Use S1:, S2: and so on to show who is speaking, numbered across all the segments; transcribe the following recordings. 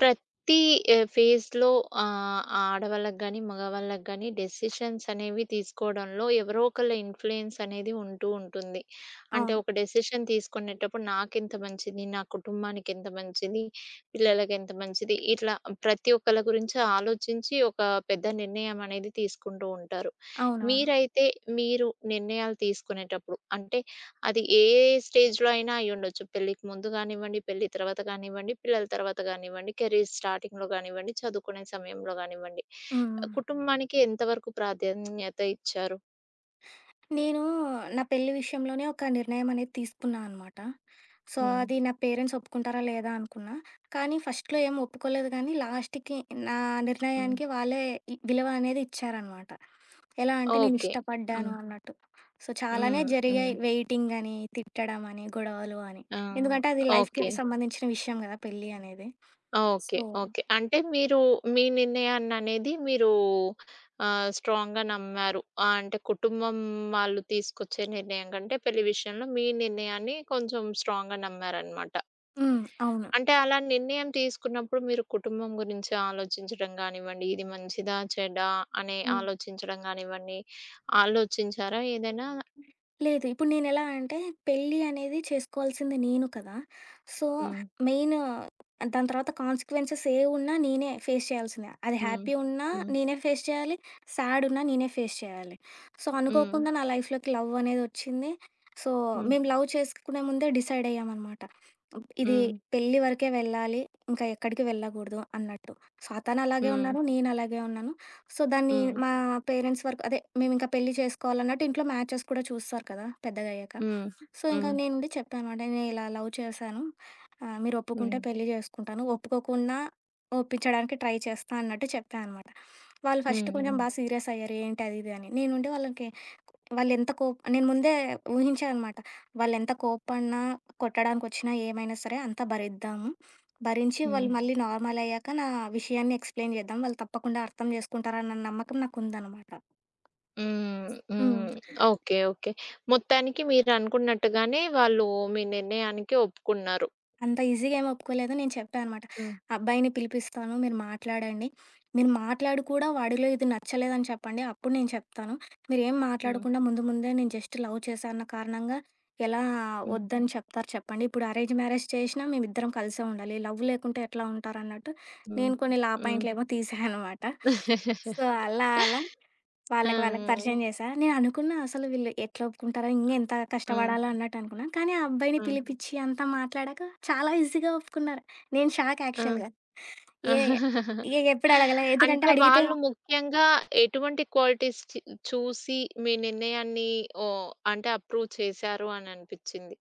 S1: ప్రతి ఫేజ్‌లో ఆడవాళ్ళకి గాని, మగవాళ్ళకి గాని డెసిషన్స్ అనేవి తీసుకోవడంలో ఎవరో ఒకళ్ళ ఇన్‌ఫ్లూయెన్స్ అనేది ఉంటూ ఉంటుంది. అంటే
S2: అవును.
S1: ఒక డెసిషన్ తీసుకునేటప్పుడు నాకెంత మంచిది, నా కుటుంబానికి ఎంత మంచిది, పిల్లలకి ఎంత మంచిది, ఇట్లా ప్రతి ఒక్కళ్ళ గురించి ఆలోచించి ఒక పెద్ద నిర్ణయం అనేది తీసుకుంటూ ఉంటారు.
S2: అవునవును.
S1: మీరైతే మీరు నిర్ణయాలు తీసుకునేటప్పుడు అంటే అది ఏ స్టేజ్‌లో అయినా అయ్యుండొచ్చు. పెళ్ళికి ముందు గానివ్వండి, పెళ్లి తర్వాత కానివ్వండి, పిల్లల తర్వాత గానివ్వండి, కెరీర్ స్టార్టింగ్‌లో గానివ్వండి, చదువుకునే సమయంలో గానివ్వండి.
S2: హ్మ్. హ్మ్.
S1: కుటుంబానికి ఎంత వరకు ప్రాధాన్యత ఇచ్చారు?
S2: నేను నా పెళ్లి విషయంలోనే ఒక నిర్ణయం అనేది తీసుకున్నా అనమాట. సో,
S1: హ్మ్.
S2: అది నా పేరెంట్స్ ఒప్పుకుంటారా లేదా అనుకున్నా. కానీ ఫస్ట్‌లో ఏం ఒప్పుకోలేదు గానీ, లాస్ట్‌కి నా
S1: హ్మ్.
S2: నిర్ణయానికి వాళ్ళే విలువ అనేది ఇచ్చారనమాట. ఎలా అంటే నేను
S1: ఓకే.
S2: ఇష్టపడ్డాను
S1: హ్మ్.
S2: అన్నట్టు. సో, చాలానే
S1: హ్మ్. హ్మ్.
S2: జరిగాయి వెయిటింగ్ అని, తిట్టడం అని, గొడవలు అని.
S1: ఆ!
S2: ఎందుకంటే అది
S1: ఓకే.
S2: లైఫ్‌కి సంబంధించిన విషయం గదా! పెళ్లి అనేది.
S1: ఓకే.
S2: So
S1: okay. అంటే మీరు మీ నిర్ణయాన్ననేది స్ట్రాంగ్‌గా నమ్మారు. అంటే కుటుంబం వాళ్ళు తీసుకొచ్చే నిర్ణయం కంటే పెళ్లి విషయంలో మీ నిర్ణయాన్ని కొంచెం స్ట్రాంగ్‌గా నమ్మారనమాట.
S2: హ్మ్. అవును.
S1: అంటే అలా నిర్ణయం తీసుకున్నప్పుడు మీరు కుటుంబం గురించి ఆలోచించడం గానివ్వండి, ఇది మంచిదా? చెడా? అని
S2: హ్మ్.
S1: ఆలోచించడం గానివ్వండి, ఆలోచించారా ఏదైనా?
S2: లేదు. ఇప్పుడు నేనెలా అంటే, పెళ్లి అనేది చేసుకోవాల్సింది నేను కదా! సో,
S1: హ్మ్.
S2: మెయిన్ దాని తర్వాత కాన్సిక్వెన్సెస్ ఏవున్నా నేనే ఫేస్ చేయాల్సిందే. అది
S1: హ్మ్.
S2: హ్యాపీ ఉన్నా
S1: హ్మ్.
S2: నేనే ఫేస్ చేయాలి. సాడ్ ఉన్నా నేనే ఫేస్ చేయాలి. సో,
S1: హ్మ్.
S2: అనుకోకుండా నా లైఫ్‌లోకి లవ్ అనేదొచ్చింది. సో,
S1: హ్మ్.
S2: మేము లవ్ చేసుకునే ముందే డిసైడ్ అయ్యామనమాట. ఇది
S1: హ్మ్.
S2: పెళ్లి వరకే వెళ్ళాలి. ఇంకా ఎక్కడికి వెళ్ళగూడదు అన్నట్టు. సో, తను అలాగే
S1: హ్మ్.
S2: ఉన్నారు. నేను అలాగే ఉన్నాను. సో, దాన్ని
S1: హ్మ్.
S2: మా పేరెంట్స్ వరకు అదే మేమింకా పెళ్లి చేసుకోవాలన్నట్టు ఇంట్లో మ్యాచెస్ కూడా చూస్తారు కదా పెద్దగయ్యాక.
S1: హ్మ్.
S2: సో, ఇంకా
S1: హ్మ్.
S2: నేనుండి చెప్పానమాట. "నేను ఇలా లవ్ చేశాను. మీరు ఒప్పుకుంటే
S1: హ్మ్.
S2: పెళ్లి చేసుకుంటాను. ఒప్పుకోకున్నా ఒప్పించడానికి ట్రై చేస్తా" అన్నట్టు చెప్పా అనమాట. వాళ్ళు ఫస్ట్ కొంచెం
S1: హ్మ్.
S2: బా సీరియస్ అయ్యారు. ఏంటి అది ఇది అని. నేనుండి వాళ్ళకి వాళ్ళెంత కోప్ నేను ముందే ఊహించా అనమాట. వాళ్ళెంత కోప్పడినా, కొట్టడానికొచ్చినా ఏమైనా సరే అంతా భరిద్దాము. భరించి వాళ్ళు
S1: హ్మ్.
S2: మళ్ళీ నార్మల్ అయ్యాక నా విషయాన్ని ఎక్స్‌ప్లెయిన్ చేద్దాం. వాళ్ళు తప్పకుండా అర్థం చేసుకుంటారన్న నమ్మకం నాకుందనమాట.
S1: హ్మ్.
S2: హ్మ్.
S1: హ్మ్. ఓకే. ఓకే. మొత్తానికి మీరనుకున్నట్టుగానే వాళ్ళు మీ నిర్ణయానికి ఒప్పుకున్నారు.
S2: అంత ఈజీగా ఏమి ఒప్పుకోలేదు. నేను చెప్పా అనమాట.
S1: హ్మ్.
S2: అబ్బాయిని పిలిపిస్తాను. మీరు మాట్లాడండి. మీరు మాట్లాడి కూడా వాడిలో ఇది నచ్చలేదని చెప్పండి. అప్పుడు నేను చెప్తాను. మీరేం
S1: హ్మ్.
S2: మాట్లాడకుండా ముందు ముందే నేను జస్ట్ లవ్ చేశా అన్న కారణంగా ఎలా
S1: హ్మ్.
S2: వద్దని చెప్తారు చెప్పండి. ఇప్పుడు అరేంజ్ మ్యారేజ్ చేసినా మేమిద్దరం కలిసే ఉండాలి. లవ్ లేకుంటే ఎట్లా ఉంటారన్నట్టు
S1: హ్మ్.
S2: నేను
S1: హ్మ్.
S2: కొన్ని లా
S1: హ్మ్.
S2: పాయింట్లేమో తీసా అనమాట. సో, అలా అలా వాళ్ళకి వాళ్ళకి
S1: హ్మ్.
S2: పరిచయం చేశా. నేను అనుకున్నా అసలు వీళ్ళు ఎట్లా ఒప్పుకుంటారో, ఇంగెంత కష్టపడాలో అన్నట్టు అనుకున్నా. కానీ ఆ అబ్బాయిని
S1: ఆ!
S2: పిలిపిచ్చి అంతా మాట్లాడాక చాలా ఈజీగా ఒప్పుకున్నారు. నేను షాక్
S1: ఆ!
S2: యాక్చువల్‌గా. ఏ ఎ ఎప్పుడు అడగలే. ఎందుకంటే
S1: అంటే
S2: అడిగితే
S1: వాళ్ళు ముఖ్యంగా ఎటువంటి క్వాలిటీస్ చూసి మీ నిర్ణయాన్ని ఓహ్, అంటే అప్రూవ్ చేశారు అని అనిపిచ్చింది?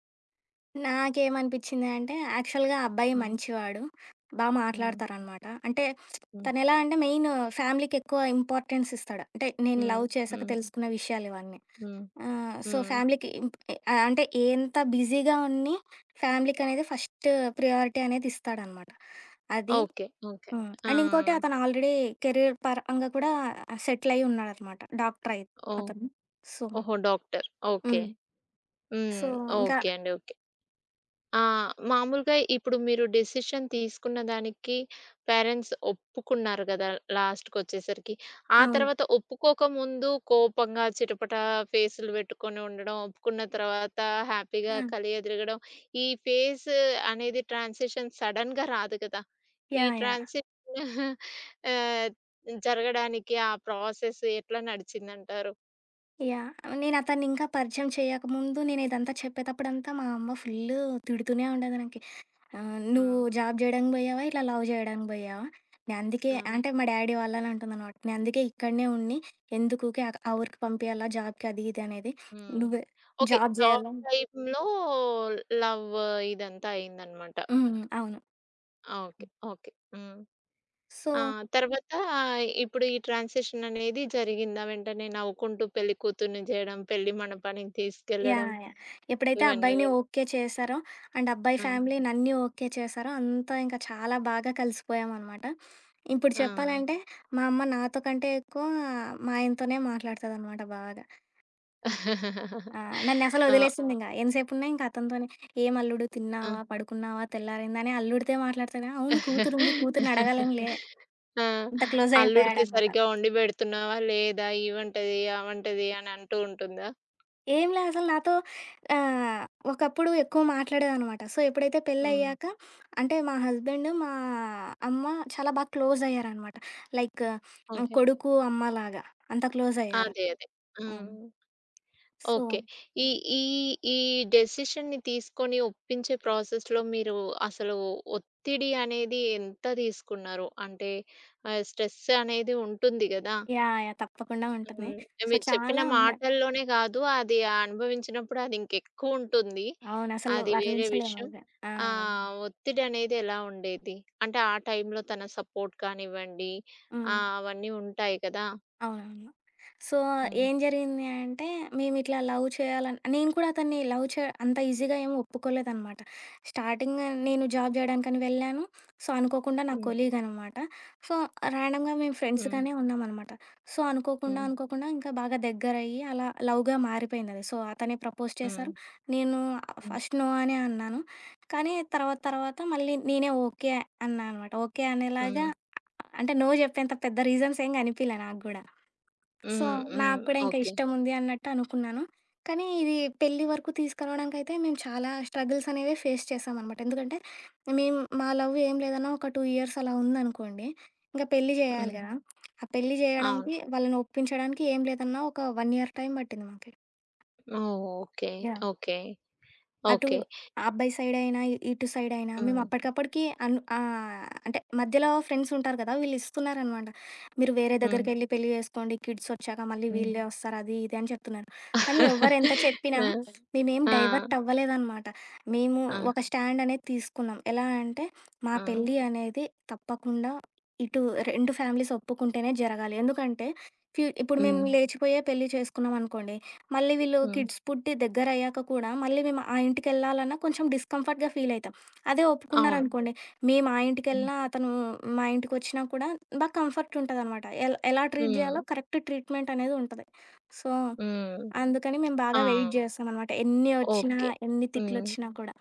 S2: నాకేమనిపించింది అంటే, యాక్చువల్‌గా ఆ అబ్బాయి
S1: హ్మ్.
S2: మంచివాడు. బా
S1: హ్మ్.
S2: మాట్లాడతారనమాట. అంటే
S1: హ్మ్.
S2: తనెలా అంటే ఫ్యామిలీకెక్కువ ఇంపార్టెన్స్ ఇస్తాడు. అంటే నేను
S1: హ్మ్.
S2: లవ్ చేశాక
S1: హ్మ్.
S2: తెలుసుకున్న విషయాలివన్నీ.
S1: హ్మ్.
S2: సో,
S1: హ్మ్.
S2: అంటే ఎంత బిజీగా ఫ్యామిలీకనేది ఫస్ట్ ప్రియారిటీ అనేది ఇస్తాడనమాట. అది.
S1: ఓకే. ఓకే.
S2: హ్మ్.
S1: ఆ!
S2: అండ్ ఇంకోటి అతను ఆల్రెడీ కెరీర్ పరంగా కూడా సెటిలయ్యి ఉన్నాడనమాట. డాక్టరయి
S1: ఓహ్!
S2: అతను. సో
S1: ఓహో! డాక్టర్. ఓకే.
S2: హ్మ్. సో,
S1: హ్మ్.
S2: ఇంకా
S1: ఓకే అండి. ఓకే. ఆ! మామూలుగా ఇప్పుడు మీరు డెసిషన్ తీసుకున్న దానికి పేరెంట్స్ ఒప్పుకున్నారు గదా! లాస్ట్‌కొచ్చేసరికి. ఆ
S2: అవును.
S1: తర్వాత ఒప్పుకోక ముందు కోపంగా చిటపట ఫేసులు పెట్టుకొని ఉండడం, ఒప్పుకున్న తర్వాత హ్యాపీగా
S2: ఆ!
S1: కలియతిరగడం. ఈ ఫేస్ అనేది ట్రాన్సిషన్ సడెన్‌గా రాదు కదా! ఈ
S2: యాహ్! యాహ్!
S1: ట్రాన్సిషన్ ఆహ్, జరగడానికి ఆ ప్రాసెస్ ఎట్లా నడిచిందంటారు?
S2: యాహ్! నేను అతన్నింకా పరిచయం చేయకముందు నేను ఇదంతా చెప్పేతప్పుడంతా మా అమ్మ ఫుల్లు తిడుతూనే ఉండేది నాకి.
S1: ఆ!
S2: "నువ్వు జాబ్ జేయడానికి బోయావా? ఇట్లా లవ్ జేయడానికి బోయావా? నేనందుకే"
S1: ఆ!
S2: అంటే మా డ్యాడీ వాళ్ళని అంటుందనమాట. "నేనందుకే ఇక్కడనే ఉండి ఎందుకు ఊకే ఆ ఆ ఊరికి పంపియాలా జాబ్‌కి అది ఇది అనేది.
S1: హ్మ్.
S2: నువ్వే
S1: ఓకే.
S2: జాబ్
S1: జాబ్
S2: జేయాలా"
S1: టైమ్‌లో లవ్ ఇదంతా అయిందనమాట.
S2: హ్మ్. అవును.
S1: ఆ! ఓకే. ఓకే. హ్మ్.
S2: సో
S1: ఆ! తర్వాత ఇప్పుడు ఈ ట్రాన్సిషన్ అనేది జరిగిందా? వెంటనే నవ్వుకుంటూ పెళ్లి కూతుర్ని జేయడం, పెళ్లి మండపానికి
S2: యాహ్!
S1: తీసుకెళ్ళడం
S2: యాహ్! ఎప్పుడైతే
S1: ఇవన్నీ
S2: అబ్బాయిని
S1: గూడా.
S2: ఓకే చేశారో, అండ్ అబ్బాయి
S1: ఆ!
S2: ఫ్యామిలీ నన్ని ఓకే చేశారో, అంతా ఇంకా చాలా బాగా కలిసిపోయామనమాట. ఇప్పుడు
S1: ఆ!
S2: చెప్పాలంటే, మా అమ్మ నాతో కంటే ఎక్కువ మా ఆయనతోనే మాట్లాడతదనమాట బాగా. ఆ! నన్నసలు
S1: ఆ!
S2: వదిలేసిందింక. ఎంతసేపున్నా ఇంక అతనితోనే. "ఏం అల్లుడు
S1: ఆ!
S2: తిన్నావా? పడుకున్నావా? తెల్లారిందా?" అని అల్లుడితే మాట్లాడతా గానీ, అవును కూతురుంది, కూతురిని అడగలేంలే.
S1: ఆ!
S2: అంత
S1: అల్లుడికి
S2: క్లోజయిపోయాడనమాట.
S1: సరిగ్గా వండి పెడుతున్నావా? లేదా? ఈ వంటది, ఆ వంటది అని అంటూ ఉంటుందా?
S2: ఏంలే అసలు నాతో ఆహ్, ఒకప్పుడు ఎక్కువ మాట్లాడేదనమాట. సో, ఎప్పుడైతే
S1: హ్మ్.
S2: పెళ్ళయ్యాక అంటే మా హస్బెండ్, మా అమ్మ చాలా బాగా క్లోజయ్యారనమాట. Like
S1: okay.
S2: కొడుకు, అమ్మలాగా అంత క్లోజయ్యారు.
S1: అదే. అదే.
S2: హ్మ్.
S1: హ్మ్.
S2: So
S1: okay. ఈ ఈ ఈ డెసిషన్‌ని తీసుకొని ఒప్పించే ప్రాసెస్‌లో మీరు అసలు ఒత్తిడి అనేది ఎంత తీసుకున్నారు? అంటే స్ట్రెస్ అనేది ఉంటుంది గదా!
S2: యాహ్! యాహ్! తప్పకుండా ఉంటుంది.
S1: హ్మ్.
S2: సో,
S1: మీరు చెప్పిన
S2: చాలా ఉండే
S1: మాటల్లోనే గాదు, అది అనుభవించినప్పుడు అది ఇంకెక్కువుంటుంది.
S2: అవును. అసలు
S1: అది వేరే విషయం.
S2: వర్ణించలేమది. ఆ!
S1: ఆ! ఒత్తిడి అనేది ఎలా ఉండేది? అంటే ఆ టైంలో తన సపోర్ట్ కానివ్వండి,
S2: హ్మ్.
S1: అవన్నీ ఉంటాయి కదా!
S2: అవునవును. సో,
S1: హ్మ్.
S2: ఏం జరిగింది అంటే, మేమిట్లా లవ్ చేయాలని నేను కూడా అతన్ని లవ్ చే అంత ఈజీగా ఏమి ఒప్పుకోలేదనమాట. స్టార్టింగ్ నేను జాబ్ జేయడానికని వెళ్ళాను. సో, అనుకోకుండా నా
S1: హ్మ్.
S2: కొలీగ్ అనమాట. సో, ర్యాండమ్‌గా మేము
S1: హ్మ్.
S2: ఫ్రెండ్స్‌గానే ఉన్నామనమాట. సో, అనుకోకుండా,
S1: హ్మ్.
S2: అనుకోకుండా ఇంకా బాగా దగ్గరయ్యి అలా లవ్‌గా మారిపోయిందది. సో, అతనే ప్రపోజ్
S1: హ్మ్.
S2: చేశారు. నేను
S1: హ్మ్.
S2: ఫస్ట్ నో అనే అన్నాను. కానీ తర్వాత మళ్ళీ నేనే ఓకే అన్నా అనమాట. ఓకే అనేలాగా
S1: హ్మ్.
S2: అంటే, నో జెప్పేంత పెద్ద రీజన్స్ ఏం గనిపియలే నాకు గూడా. సో,
S1: హ్మ్. హ్మ్.
S2: నాకు కూడా ఇంకా
S1: ఓకే.
S2: ఇష్టముంది అన్నట్టు అనుకున్నాను. కానీ ఇది పెళ్లి వరకు తీసుకురావడానికైతే మేము చాలా స్ట్రగుల్స్ అనేవే ఫేస్ చేశామనమాట. ఎందుకంటే మేము మా లవ్ ఏం లేదన్నా ఒక 2 ఇయర్స్ అలా ఉందనుకోండి. ఇంక పెళ్లి జేయాలి
S1: హ్మ్.
S2: గదా! ఆ పెళ్లి
S1: అవును.
S2: జేయడంకి వాళ్ళని ఒప్పించడానికి ఏం లేదన్నా ఒక 1 ఇయర్ టైం పట్టింది మాకి.
S1: ఓహ్! ఓకే.
S2: యాహ్!
S1: ఓకే.
S2: అటు
S1: ఓకే.
S2: ఆ అబ్బాయి సైడ్ అయినా, ఇటు సైడ్ అయినా మేము
S1: హ్మ్.
S2: అప్పటికప్పటికి అంటే మధ్యలో ఫ్రెండ్స్ ఉంటారు కదా! వీళ్ళు ఇస్తున్నారనమాట. మీరు వేరే
S1: హ్మ్.
S2: దగ్గరికెళ్ళి పెళ్లి చేసుకోండి. కిడ్స్ వచ్చాక మళ్ళీ
S1: హ్మ్.
S2: వీళ్ళే వస్తారు. అది ఇది అని చెప్తున్నారు. కానీ ఎవ్వరు ఎంత చెప్పినా
S1: ఆ!
S2: మేమేం
S1: ఆ!
S2: డైవర్ట్ అవ్వలేదనమాట. మేము
S1: ఆ!
S2: ఒక స్టాండ్ అనేది తీసుకున్నాం. ఎలా అంటే మా
S1: ఆ!
S2: పెళ్లి అనేది తప్పకుండా ఇటు 2 ఫ్యామిలీస్ ఒప్పుకుంటేనే జరగాలి. ఎందుకంటే ఇప్పుడు మేము
S1: హ్మ్.
S2: లేచిపోయే పెళ్లి చేసుకున్నాం అనుకోండి మళ్ళీ వీళ్ళు
S1: హ్మ్.
S2: కిడ్స్ పుట్టి దగ్గరయ్యాక కూడా మళ్ళీ మేము ఆ ఇంటికెళ్ళాలన్నా కొంచెం డిస్కంఫర్ట్‌గా ఫీల్ అయితాం. అదే
S1: అవును.
S2: ఒప్పుకున్నారనుకోండి, మేము ఆ
S1: హ్మ్.
S2: ఇంటికెళ్ళినా, అతను మా ఇంటికొచ్చినా కూడా బా కంఫర్ట్ ఉంటదనమాట. ఎలా ట్రీట్
S1: హ్మ్.
S2: జేయాలో కరెక్ట్ ట్రీట్‌మెంట్ అనేది ఉంటది. సో,
S1: హ్మ్.
S2: అందుకని మేము
S1: ఆ!
S2: బాగా వెయిట్ జేస్తామనమాట. ఎన్ని ఒచ్చినా,
S1: ఓకే.
S2: ఎన్ని
S1: హ్మ్.
S2: తిట్లొచ్చినా కూడా.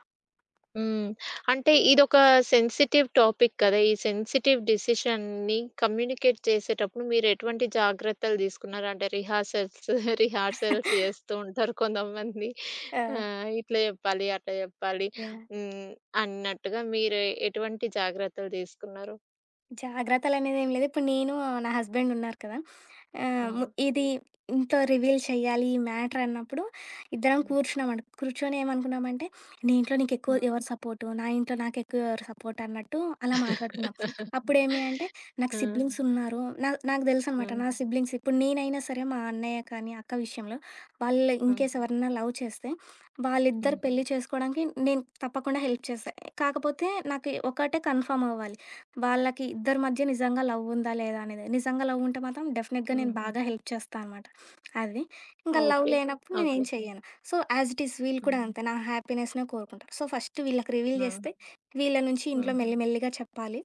S1: హ్మ్. అంటే ఇదొక సెన్సిటివ్ టాపిక్ కదా! ఈ సెన్సిటివ్ డెసిషన్‌ని కమ్యూనికేట్ చేసేటప్పుడు మీరు ఎటువంటి జాగ్రత్తలు తీసుకున్నారు? అంటే రిహార్సల్స్ రిహార్సల్స్ చేస్తూ ఉంటారు కొంతమంది. ఆ!
S2: ఆ!
S1: ఇట్లా జెప్పాలి, అట్లా జెప్పాలి
S2: యాహ్!
S1: హ్మ్. అన్నట్టుగా మీరు ఎటువంటి జాగ్రత్తలు తీసుకున్నారు?
S2: జాగ్రత్తలనేదేం లేదు. ఇప్పుడు నేను, నా హస్బెండ్ ఉన్నారు కదా! ఆహ్, ము
S1: హ్మ్.
S2: ఇది ఇంట్లో రివీల్ చేయాలి ఈ మ్యాటర్ అన్నప్పుడు ఇద్దరం
S1: హ్మ్.
S2: కూర్చున్నామట. కూర్చొని ఏమనుకున్నామంటే, నీ ఇంట్లో నీకెక్కువ
S1: హ్మ్.
S2: ఎవరు సపోర్టు? నా ఇంట్లో నాకెక్కువ ఎవరు సపోర్ట్? అన్నట్టు అలా మాట్లాడుకున్నాం. అప్పుడేమి అంటే, నాకు
S1: ఆ!
S2: సిబ్లింగ్స్ ఉన్నారు. నాకు తెలుసనమాట.
S1: హ్మ్.
S2: నా సిబ్లింగ్స్ ఇప్పుడు నేనైనా సరే మా అన్నయ్య కానీ, అక్క విషయంలో వాళ్ళు
S1: హ్మ్.
S2: ఇన్‌కేస్ ఎవరన్నా లవ్ చేస్తే,
S1: హ్మ్.
S2: వాళ్ళిద్దరు
S1: హ్మ్.
S2: పెళ్లి చేసుకోవడానికి నేను తప్పకుండా హెల్ప్ చేస్తా. కాకపోతే నాకు ఒకటే కన్ఫర్మ్ అవ్వాలి. వాళ్ళకి ఇద్దరి మధ్య నిజంగా లవ్ ఉందా లేదా అనేది. నిజంగా లవ్ ఉంటే మాత్రం డెఫినెట్‌గా నేను బాగా హెల్ప్ చేస్తా అనమాట. అది. ఇంకా లవ్
S1: ఓకే.
S2: లేనప్పుడు నేనేం
S1: ఓకే.
S2: చెయ్యను. సో, యాజ్ ఇట్ ఈజ్ వీళ్ళు
S1: హ్మ్.
S2: కూడా అంతే. నా హ్యాపీనెస్‌నే కోరుకుంటారు. సో, ఫస్ట్ వీళ్ళకి రివీల్
S1: హ్మ్.
S2: చేస్తే వీళ్ళ నుంచి ఇంట్లో
S1: హ్మ్.
S2: మెల్లి మెల్లిగా చెప్పాలి.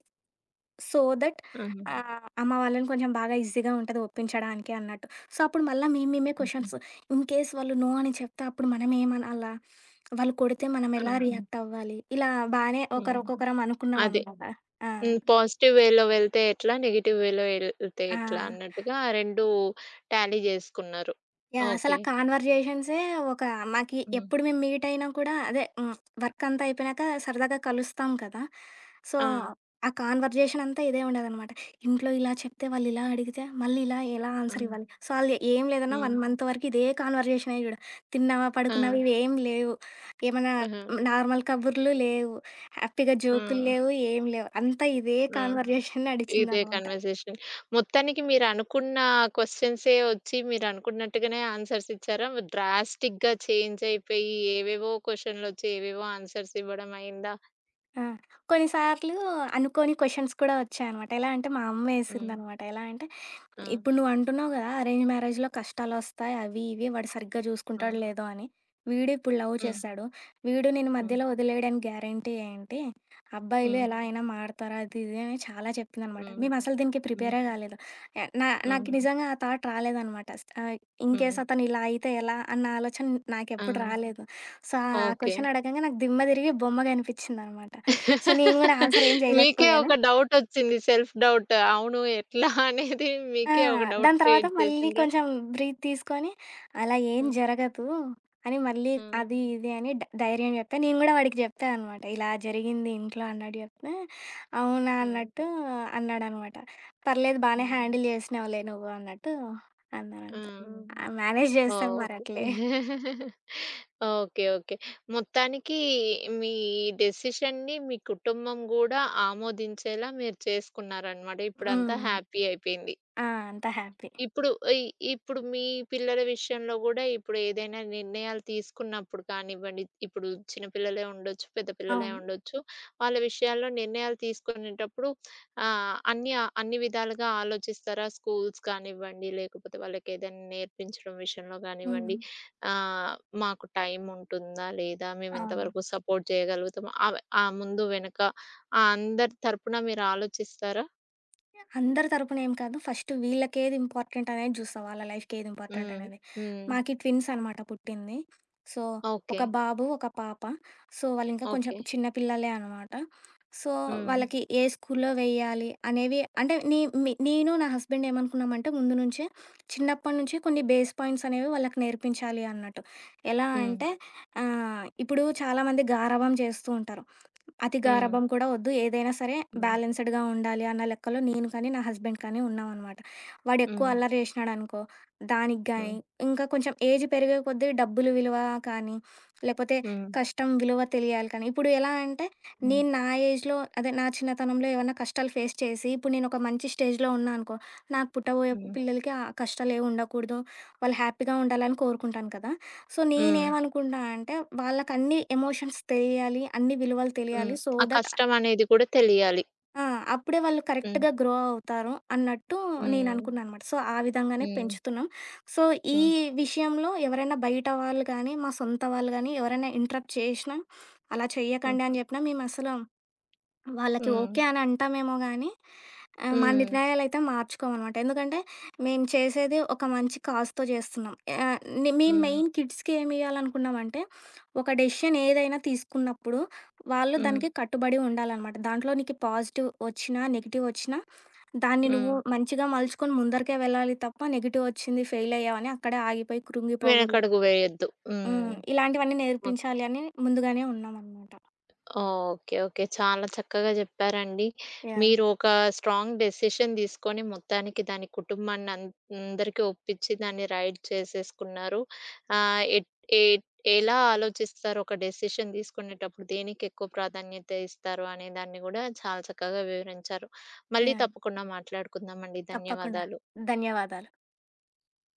S2: సో దట్
S1: ఆహా!
S2: అమ్మ వాళ్ళని కొంచెం బాగా ఈజీగా ఉంటది ఒప్పించడానికి అన్నట్టు. సో, అప్పుడు మళ్ళా మేము
S1: హ్మ్.
S2: క్వెషన్స్ ఇన్ కేస్ వాళ్ళు నో అని చెప్తే అప్పుడు మనం ఏమనాలా? వాళ్ళు కొడితే మనం
S1: ఆ!
S2: ఎలా రియాక్ట్ అవ్వాలి? ఇలా బానే
S1: హ్మ్.
S2: ఒకరొకొకరం
S1: అదే.
S2: అనుకున్నామనమాట. ఆ!
S1: హ్మ్. పాజిటివ్ వేలో వెళ్తే ఎట్లా? నెగెటివ్ వేలో ఎళ్తే
S2: ఆ!
S1: ఎట్లా? అన్నట్టుగా 2 టాలీ జేసుకున్నారు.
S2: యాహ్! అసల
S1: ఓకే.
S2: కాన్వర్జేషన్సే ఒక మాకి
S1: హ్మ్.
S2: ఎప్పుడు మేము మీట్ అయినా కూడా అదే హ్మ్. వర్క్ అంతా అయిపోయినాక సరదాగా కలుస్తాం కదా! సో,
S1: ఆ!
S2: ఆ కాన్వర్జేషన్ అంతా ఇదే ఉండేదనమాట. ఇంట్లో ఇలా చెప్తే వాళ్ళు ఇలా అడిగితే మళ్ళీ ఇలా ఎలా
S1: ఆ!
S2: ఆన్సర్ ఇవ్వాలి? సో, ఆళ్ళు ఏం
S1: ఆ!
S2: లేదన్నా 1 మంత్ వరకు ఇదే కాన్వర్జేషనే చూడు. తిన్నావా?
S1: ఆ!
S2: పడుకున్నావా? ఇవేం లేవు. ఏమన్నా
S1: ఆహా!
S2: నార్మల్ కబుర్లు లేవు. హ్యాపీగా
S1: ఆ!
S2: జోకులు లేవు. ఏం లేవు. అంతా ఇదే
S1: ఆ!
S2: కాన్వర్జేషన్
S1: ఇదే
S2: నడిచిందనమాట.
S1: కన్వర్జేషన్. మొత్తానికి మీరనుకున్న క్వెషన్సే ఒచ్చి మీరనుకున్నట్టుగానే ఆన్సర్స్ ఇచ్చారా? డ్రాస్టిక్‌గా చేంజ్ అయిపోయి ఏవేవో క్వెషన్‌లొచ్చి ఏవేవో ఆన్సర్స్ ఇవ్వడం అయిందా?
S2: ఆ! కొన్నిసార్లు అనుకోని క్వెషన్స్ కూడా వచ్చాయనమాట. ఎలా అంటే, మా
S1: హ్మ్.
S2: అమ్మేసిందనమాట. ఎలా అంటే,
S1: ఆ!
S2: ఇప్పుడు నువ్వంటున్నావు గదా! అరేంజ్ మ్యారేజ్‌లో కష్టాలొస్తాయి. అవి, ఇవి వాడు సరిగ్గా
S1: హ్మ్.
S2: జూసుకుంటాడో లేదో అని. వీడు ఇప్పుడు లవ్
S1: హ్మ్.
S2: చేశాడు. వీడు నిన్ను
S1: హ్మ్.
S2: మధ్యలో వదిలేయడానికి గ్యారంటీ ఏంటి? అబ్బాయిలు
S1: హ్మ్.
S2: ఎలా అయినా మారతారు. అది, ఇది అని చాలా చెప్పిందనమాట.
S1: హ్మ్.
S2: మేమసలు దీనికి
S1: హ్మ్.
S2: ప్రిపేరే గాలేదు. ఆహ్,
S1: హ్మ్.
S2: నాకు నిజంగా ఆ థాట్ రాలేదనమాట. ఆహ్,
S1: హ్మ్.
S2: ఇన్‌కేస్ అతను ఇలా అయితే ఎలా అన్న ఆలోచన
S1: ఆ!
S2: నాకెప్పుడు రాలేదు. సో, ఆ
S1: ఓకే.
S2: క్వెషన్ అడగంగా నాకు దిమ్మ తిరిగి బొమ్మ గనిపిచ్చిందనమాట. సో, నేను గూడా ఆన్సర్ ఏం
S1: మీకే
S2: జేయలేకపోయాను.
S1: ఒక డౌటొచ్చింది. Self doubt. అవును ఎట్లా అనేది
S2: ఆ!
S1: మీకే ఒక డౌట్
S2: దాని తర్వాత
S1: క్రియేట్
S2: మళ్ళీ
S1: చేసిండ్రు.
S2: కొంచెం బ్రీత్ తీసుకొని, అలా ఏం
S1: ఆ!
S2: జరగదు అని మళ్ళీ
S1: ఆ!
S2: అది ఇది అని ధైర్యం జెప్తా. నేను గూడా వాడికి జెప్తా అనమాట. ఇలా జరిగింది ఇంట్లో అన్నట్టు జెప్తే, అవునా
S1: ఆ!
S2: అన్నట్టు అన్నాడనమాట. పర్లేదు
S1: ఆ!
S2: బానే హ్యాండిల్ జేసినావులే నువ్వు అన్నట్టు అన్నాడంతే. హ్మ్. ఆ! మేనేజ్
S1: ఆ!
S2: జేస్తాను మరి
S1: ఓకే.
S2: అట్లే.
S1: ఓకే. ఓకే. మొత్తానికి మీ డెసిషన్‌ని మీ కుటుంబం గూడా ఆమోదించేలా మీరు చేసుకున్నారనమాట.
S2: హ్మ్.
S1: ఇప్పుడంతా
S2: హ్మ్.
S1: హ్యాపీ అయిపోయింది.
S2: ఆ! అంతా హ్యాపీ.
S1: ఇప్పుడు ఇ ఇప్పుడు మీ పిల్లల విషయంలో గూడా ఇప్పుడు ఏదైనా నిర్ణయాలు తీసుకున్నప్పుడు కానివ్వండి, ఇప్పుడు చిన్న పిల్లలే ఉండొచ్చు, పెద్ద పిల్లలే
S2: అవును.
S1: ఉండొచ్చు. వాళ్ళ విషయాల్లో నిర్ణయాలు తీసుకునేటప్పుడు అన్ని అన్ని విధాలుగా ఆలోచిస్తారా? స్కూల్స్ కానివ్వండి, లేకపోతే వాళ్ళకేదైనా నేర్పించడం విషయంలో
S2: హ్మ్.
S1: గానివ్వండి, ఆహ్, మాకు టైం ఉంటుందా? లేదా? మేమెంత
S2: అవును.
S1: వరకు సపోర్ట్ చేయగలుగుతాము? ఆ ముందు వెనక ఆ అందరి తరపున మీరు ఆలోచిస్తారా?
S2: అందరి తరపున ఏం కాదు. ఫస్ట్ వీళ్ళకేది ఇంపార్టెంట్ అనేది జూస్తా. వాళ్ళ లైఫ్‌కేది ఇంపార్టెంట్
S1: హ్మ్.
S2: అనేది.
S1: హ్మ్.
S2: మాకి ట్విన్స్ అనమాట పుట్టింది. సో, ఒక
S1: ఓకే.
S2: బాబు, ఒక పాప. సో, వాళ్ళింకా కొంచెం
S1: ఓకే.
S2: చిన్న పిల్లలే అనమాట. సో,
S1: హ్మ్.
S2: వాళ్ళకి ఏ స్కూల్లో వెయ్యాలి అనేవి అంటే నే మి నేను నా హస్బెండ్ ఏమనుకున్నామంటే ముందు నుంచే చిన్నప్పటి నుంచి కొన్ని బేస్ పాయింట్స్ అనేవి వాళ్ళకి నేర్పించాలి అన్నట్టు. ఎలా
S1: హ్మ్.
S2: అంటే ఆహ్, ఇప్పుడు చాలామంది గారాబం చేస్తూ ఉంటారు. అతి
S1: హ్మ్.
S2: గారాబం కూడా వద్దు. ఏదైనా సరే
S1: హ్మ్.
S2: బ్యాలెన్స్‌డ్‌గా ఉండాలి అన్న లెక్కలో నేను కానీ, నా హస్బెండ్ కానీ ఉన్నామనమాట. వాడు ఎక్కువ
S1: హ్మ్.
S2: అల్లరి చేసినాడనుకో, దానికి గానీ,
S1: హ్మ్.
S2: ఇంకా కొంచెం ఏజ్ పెరిగే కొద్దీ డబ్బులు విలువ కానీ, లేకపోతే
S1: హ్మ్.
S2: కష్టం విలువ తెలియాలి కానీ, ఇప్పుడు ఎలా అంటే
S1: హ్మ్.
S2: నేను నా ఏజ్‌లో అదే నా చిన్నతనంలో ఏవన్నా కష్టాలు ఫేస్ చేసి, ఇప్పుడు నేనొక మంచి స్టేజ్‌లో ఉన్నా అనుకో, నాకు పుట్టబోయే
S1: హ్మ్.
S2: పిల్లలకి ఆ కష్టాలేవుండకూడదు. వాళ్ళు హ్యాపీగా ఉండాలని కోరుకుంటాను కదా! సో
S1: హ్మ్.
S2: నేనేమనుకుంటా అంటే వాళ్ళకన్ని ఎమోషన్స్ తెలియాలి. అన్ని విలువలు
S1: హ్మ్.
S2: తెలియాలి. సో
S1: ఆ
S2: దట్
S1: కష్టమనేది కూడా తెలియాలి.
S2: ఆ! అప్పుడే వాళ్ళు
S1: హ్మ్.
S2: కరెక్ట్‌గా గ్రో అవుతారు అన్నట్టు
S1: హ్మ్.
S2: నేననుకున్నా అనమాట. సో ఆ విధంగానే
S1: హ్మ్.
S2: పెంచుతున్నాం. సో ఈ
S1: హ్మ్.
S2: విషయంలో ఎవరైనా బయట వాళ్ళు గానీ, మా సొంత వాళ్ళు గానీ ఎవరైనా ఇంటరప్ట్ చేషినా, అలా
S1: హ్మ్.
S2: చెయ్యకండి అని జెప్పినా మేమసలు వాళ్ళకి
S1: హ్మ్.
S2: ఓకే అని అంటామేమో గానీ, ఆహ్, మా
S1: హ్మ్.
S2: నిర్ణయాలైతే మార్చుకోమనమాట. ఎందుకంటే, మేము చేసేది ఒక మంచి కాజ్‌తో చేస్తున్నాం. ఆహ్, మేము
S1: హ్మ్.
S2: మెయిన్ కిడ్స్‌కి ఏమియ్యాలనుకున్నామంటే, ఒక డెసిషన్ ఏదైనా తీసుకున్నప్పుడు, వాళ్ళు
S1: హ్మ్.
S2: దానికి కట్టుబడి ఉండాలనమాట. దాంట్లో నీకు పాజిటివ్ వచ్చినా, నెగెటివ్ వచ్చినా, దాన్ని
S1: హ్మ్.
S2: నువ్వు మంచిగా మలుచుకొని ముందరికే వెళ్ళాలి తప్ప, నెగెటివ్ వచ్చింది, ఫెయిల్ అయ్యావని అక్కడే ఆగిపోయి కృంగిపోకూడదు.
S1: వెనకడుగు వేయొద్దు. హ్మ్.
S2: హ్మ్. ఇలాంటివన్నీ
S1: ఓకే.
S2: నేర్పించాలి అని ముందుగానే ఉన్నామనమాట.
S1: ఓకే. ఓకే. చాలా చక్కగా చెప్పారండి.
S2: యాహ్!
S1: మీరు ఒక స్ట్రాంగ్ డెసిషన్ తీసుకొని మొత్తానికి దాని కుటుంబాన్ని అందరికీ ఒప్పించి దాన్ని రైడ్ చేసేసుకున్నారు. ఆహ్, ఎట్ ఎట్ ఎలా ఆలోచిస్తారు ఒక డెసిషన్ తీసుకునేటప్పుడు దేనికి ఎక్కువ ప్రాధాన్యత ఇస్తారు అనే దాన్ని గూడా చాలా చక్కగా వివరించారు. మళ్ళీ
S2: యాహ్!
S1: తప్పకుండా మాట్లాడుకుందామండి.
S2: తప్పకుండా.
S1: ధన్యవాదాలు.
S2: ధన్యవాదాలు.